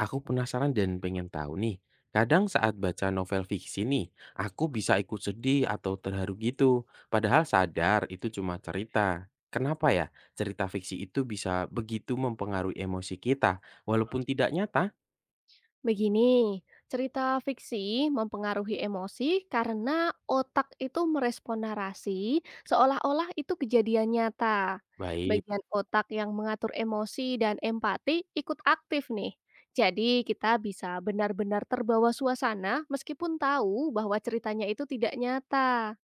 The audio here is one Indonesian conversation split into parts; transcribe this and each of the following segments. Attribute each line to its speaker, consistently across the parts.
Speaker 1: Aku penasaran dan pengen tahu nih. Kadang saat baca novel fiksi nih, aku bisa ikut sedih atau terharu gitu. Padahal sadar itu cuma cerita. Kenapa ya cerita fiksi itu bisa begitu mempengaruhi emosi kita walaupun tidak nyata?
Speaker 2: Begini, cerita fiksi mempengaruhi emosi karena otak itu merespon narasi seolah-olah itu kejadian nyata.
Speaker 1: Baik.
Speaker 2: Bagian otak yang mengatur emosi dan empati ikut aktif nih. Jadi kita bisa benar-benar terbawa suasana meskipun tahu bahwa ceritanya itu tidak nyata.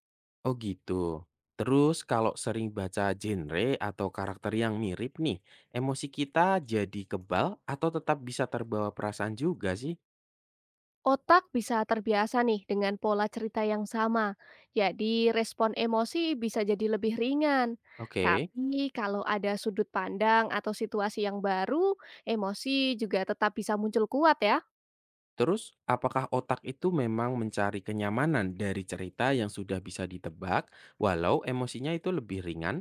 Speaker 1: Oh gitu. Terus kalau sering baca genre atau karakter yang mirip nih, emosi kita jadi kebal atau tetap bisa terbawa perasaan juga sih?
Speaker 2: Otak bisa terbiasa nih dengan pola cerita yang sama, jadi respon emosi bisa jadi lebih ringan.
Speaker 1: Oke.
Speaker 2: Tapi kalau ada sudut pandang atau situasi yang baru, emosi juga tetap bisa muncul kuat ya.
Speaker 1: Terus, apakah otak itu memang mencari kenyamanan dari cerita yang sudah bisa ditebak, walau emosinya itu lebih ringan?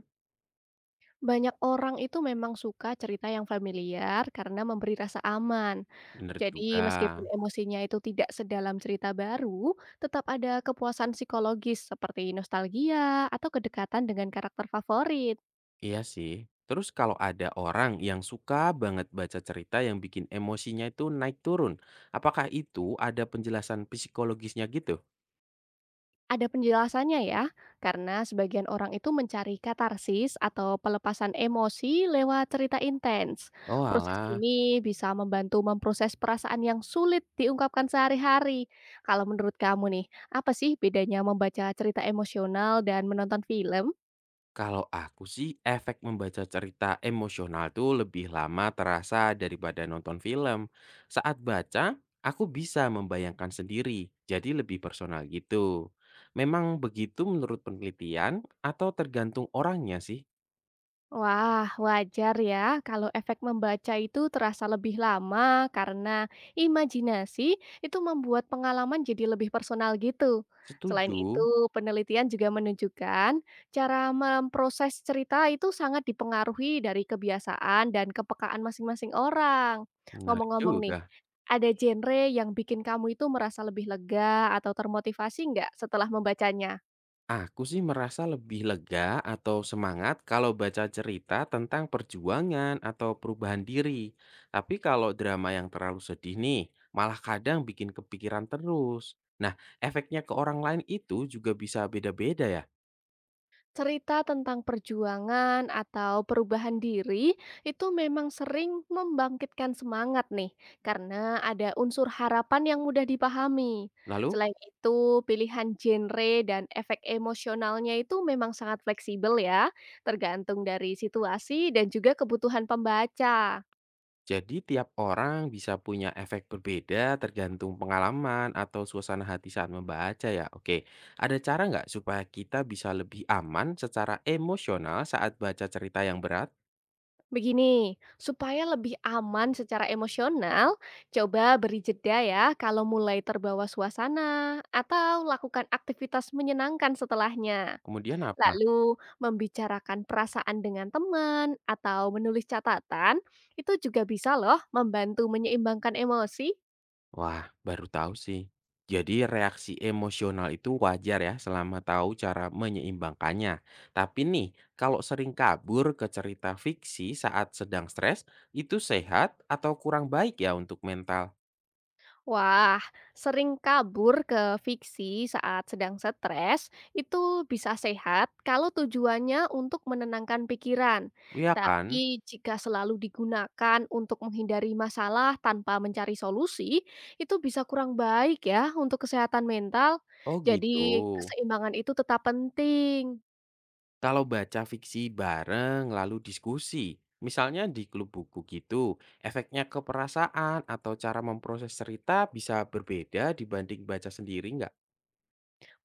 Speaker 2: Banyak orang itu memang suka cerita yang familiar karena memberi rasa aman.
Speaker 1: Bener
Speaker 2: Jadi
Speaker 1: juga.
Speaker 2: meskipun emosinya itu tidak sedalam cerita baru, tetap ada kepuasan psikologis seperti nostalgia atau kedekatan dengan karakter favorit.
Speaker 1: Iya sih. Terus kalau ada orang yang suka banget baca cerita yang bikin emosinya itu naik turun, apakah itu ada penjelasan psikologisnya gitu?
Speaker 2: Ada penjelasannya ya, karena sebagian orang itu mencari katarsis atau pelepasan emosi lewat cerita intens.
Speaker 1: Oh
Speaker 2: Proses
Speaker 1: alah.
Speaker 2: ini bisa membantu memproses perasaan yang sulit diungkapkan sehari-hari. Kalau menurut kamu nih, apa sih bedanya membaca cerita emosional dan menonton film?
Speaker 1: Kalau aku sih, efek membaca cerita emosional tuh lebih lama terasa daripada nonton film. Saat baca, aku bisa membayangkan sendiri, jadi lebih personal gitu. Memang begitu menurut penelitian atau tergantung orangnya sih?
Speaker 2: Wah, wajar ya kalau efek membaca itu terasa lebih lama karena imajinasi itu membuat pengalaman jadi lebih personal gitu. Selain itu,
Speaker 1: Setuju.
Speaker 2: penelitian juga menunjukkan cara memproses cerita itu sangat dipengaruhi dari kebiasaan dan kepekaan masing-masing orang.
Speaker 1: Menarik
Speaker 2: Ngomong-ngomong nih,
Speaker 1: juga.
Speaker 2: ada genre yang bikin kamu itu merasa lebih lega atau termotivasi nggak setelah membacanya?
Speaker 1: Aku sih merasa lebih lega atau semangat kalau baca cerita tentang perjuangan atau perubahan diri. Tapi kalau drama yang terlalu sedih nih, malah kadang bikin kepikiran terus. Nah, efeknya ke orang lain itu juga bisa beda-beda ya.
Speaker 2: Cerita tentang perjuangan atau perubahan diri itu memang sering membangkitkan semangat nih, karena ada unsur harapan yang mudah dipahami.
Speaker 1: Lalu,
Speaker 2: Selain itu, pilihan genre dan efek emosionalnya itu memang sangat fleksibel ya, tergantung dari situasi dan juga kebutuhan pembaca.
Speaker 1: jadi tiap orang bisa punya efek berbeda tergantung pengalaman atau suasana hati saat membaca ya. Oke, ada cara nggak supaya kita bisa lebih aman secara emosional saat baca cerita yang berat?
Speaker 2: Begini, supaya lebih aman secara emosional, coba beri jeda ya kalau mulai terbawa suasana atau lakukan aktivitas menyenangkan setelahnya.
Speaker 1: Kemudian apa?
Speaker 2: Lalu, membicarakan perasaan dengan teman atau menulis catatan, itu juga bisa loh membantu menyeimbangkan emosi.
Speaker 1: Wah, baru tahu sih. Jadi reaksi emosional itu wajar ya selama tahu cara menyeimbangkannya. Tapi nih, kalau sering kabur ke cerita fiksi saat sedang stres, itu sehat atau kurang baik ya untuk mental?
Speaker 2: Wah, sering kabur ke fiksi saat sedang stres itu bisa sehat kalau tujuannya untuk menenangkan pikiran.
Speaker 1: Iya kan?
Speaker 2: Tapi jika selalu digunakan untuk menghindari masalah tanpa mencari solusi, itu bisa kurang baik ya untuk kesehatan mental.
Speaker 1: Oh
Speaker 2: Jadi,
Speaker 1: gitu.
Speaker 2: keseimbangan itu tetap penting.
Speaker 1: Kalau baca fiksi bareng lalu diskusi, misalnya di klub buku gitu, efeknya ke perasaan atau cara memproses cerita bisa berbeda dibanding baca sendiri nggak?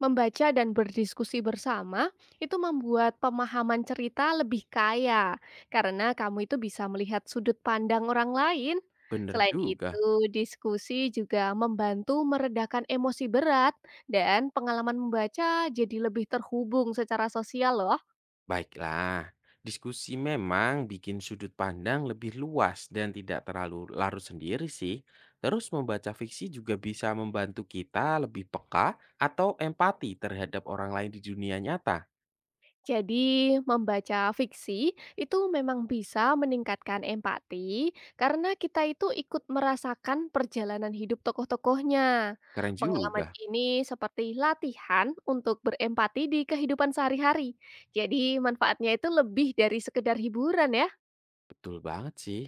Speaker 2: Membaca dan berdiskusi bersama itu membuat pemahaman cerita lebih kaya karena kamu itu bisa melihat sudut pandang orang lain.
Speaker 1: Bener
Speaker 2: Selain
Speaker 1: juga.
Speaker 2: itu, diskusi juga membantu meredakan emosi berat dan pengalaman membaca jadi lebih terhubung secara sosial loh.
Speaker 1: Baiklah, diskusi memang bikin sudut pandang lebih luas dan tidak terlalu larut sendiri sih. Terus membaca fiksi juga bisa membantu kita lebih peka atau empati terhadap orang lain di dunia nyata.
Speaker 2: Jadi, membaca fiksi itu memang bisa meningkatkan empati karena kita itu ikut merasakan perjalanan hidup tokoh-tokohnya.
Speaker 1: Keren
Speaker 2: Pengalaman
Speaker 1: juga.
Speaker 2: ini seperti latihan untuk berempati di kehidupan sehari-hari. Jadi, manfaatnya itu lebih dari sekedar hiburan ya.
Speaker 1: Betul banget sih.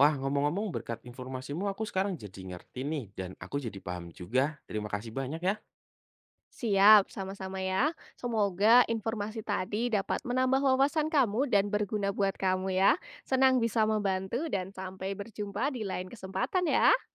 Speaker 1: Wah, ngomong-ngomong berkat informasimu aku sekarang jadi ngerti nih dan aku jadi paham juga. Terima kasih banyak ya.
Speaker 2: Siap, sama-sama ya. Semoga informasi tadi dapat menambah wawasan kamu dan berguna buat kamu ya. Senang bisa membantu dan sampai berjumpa di lain kesempatan ya.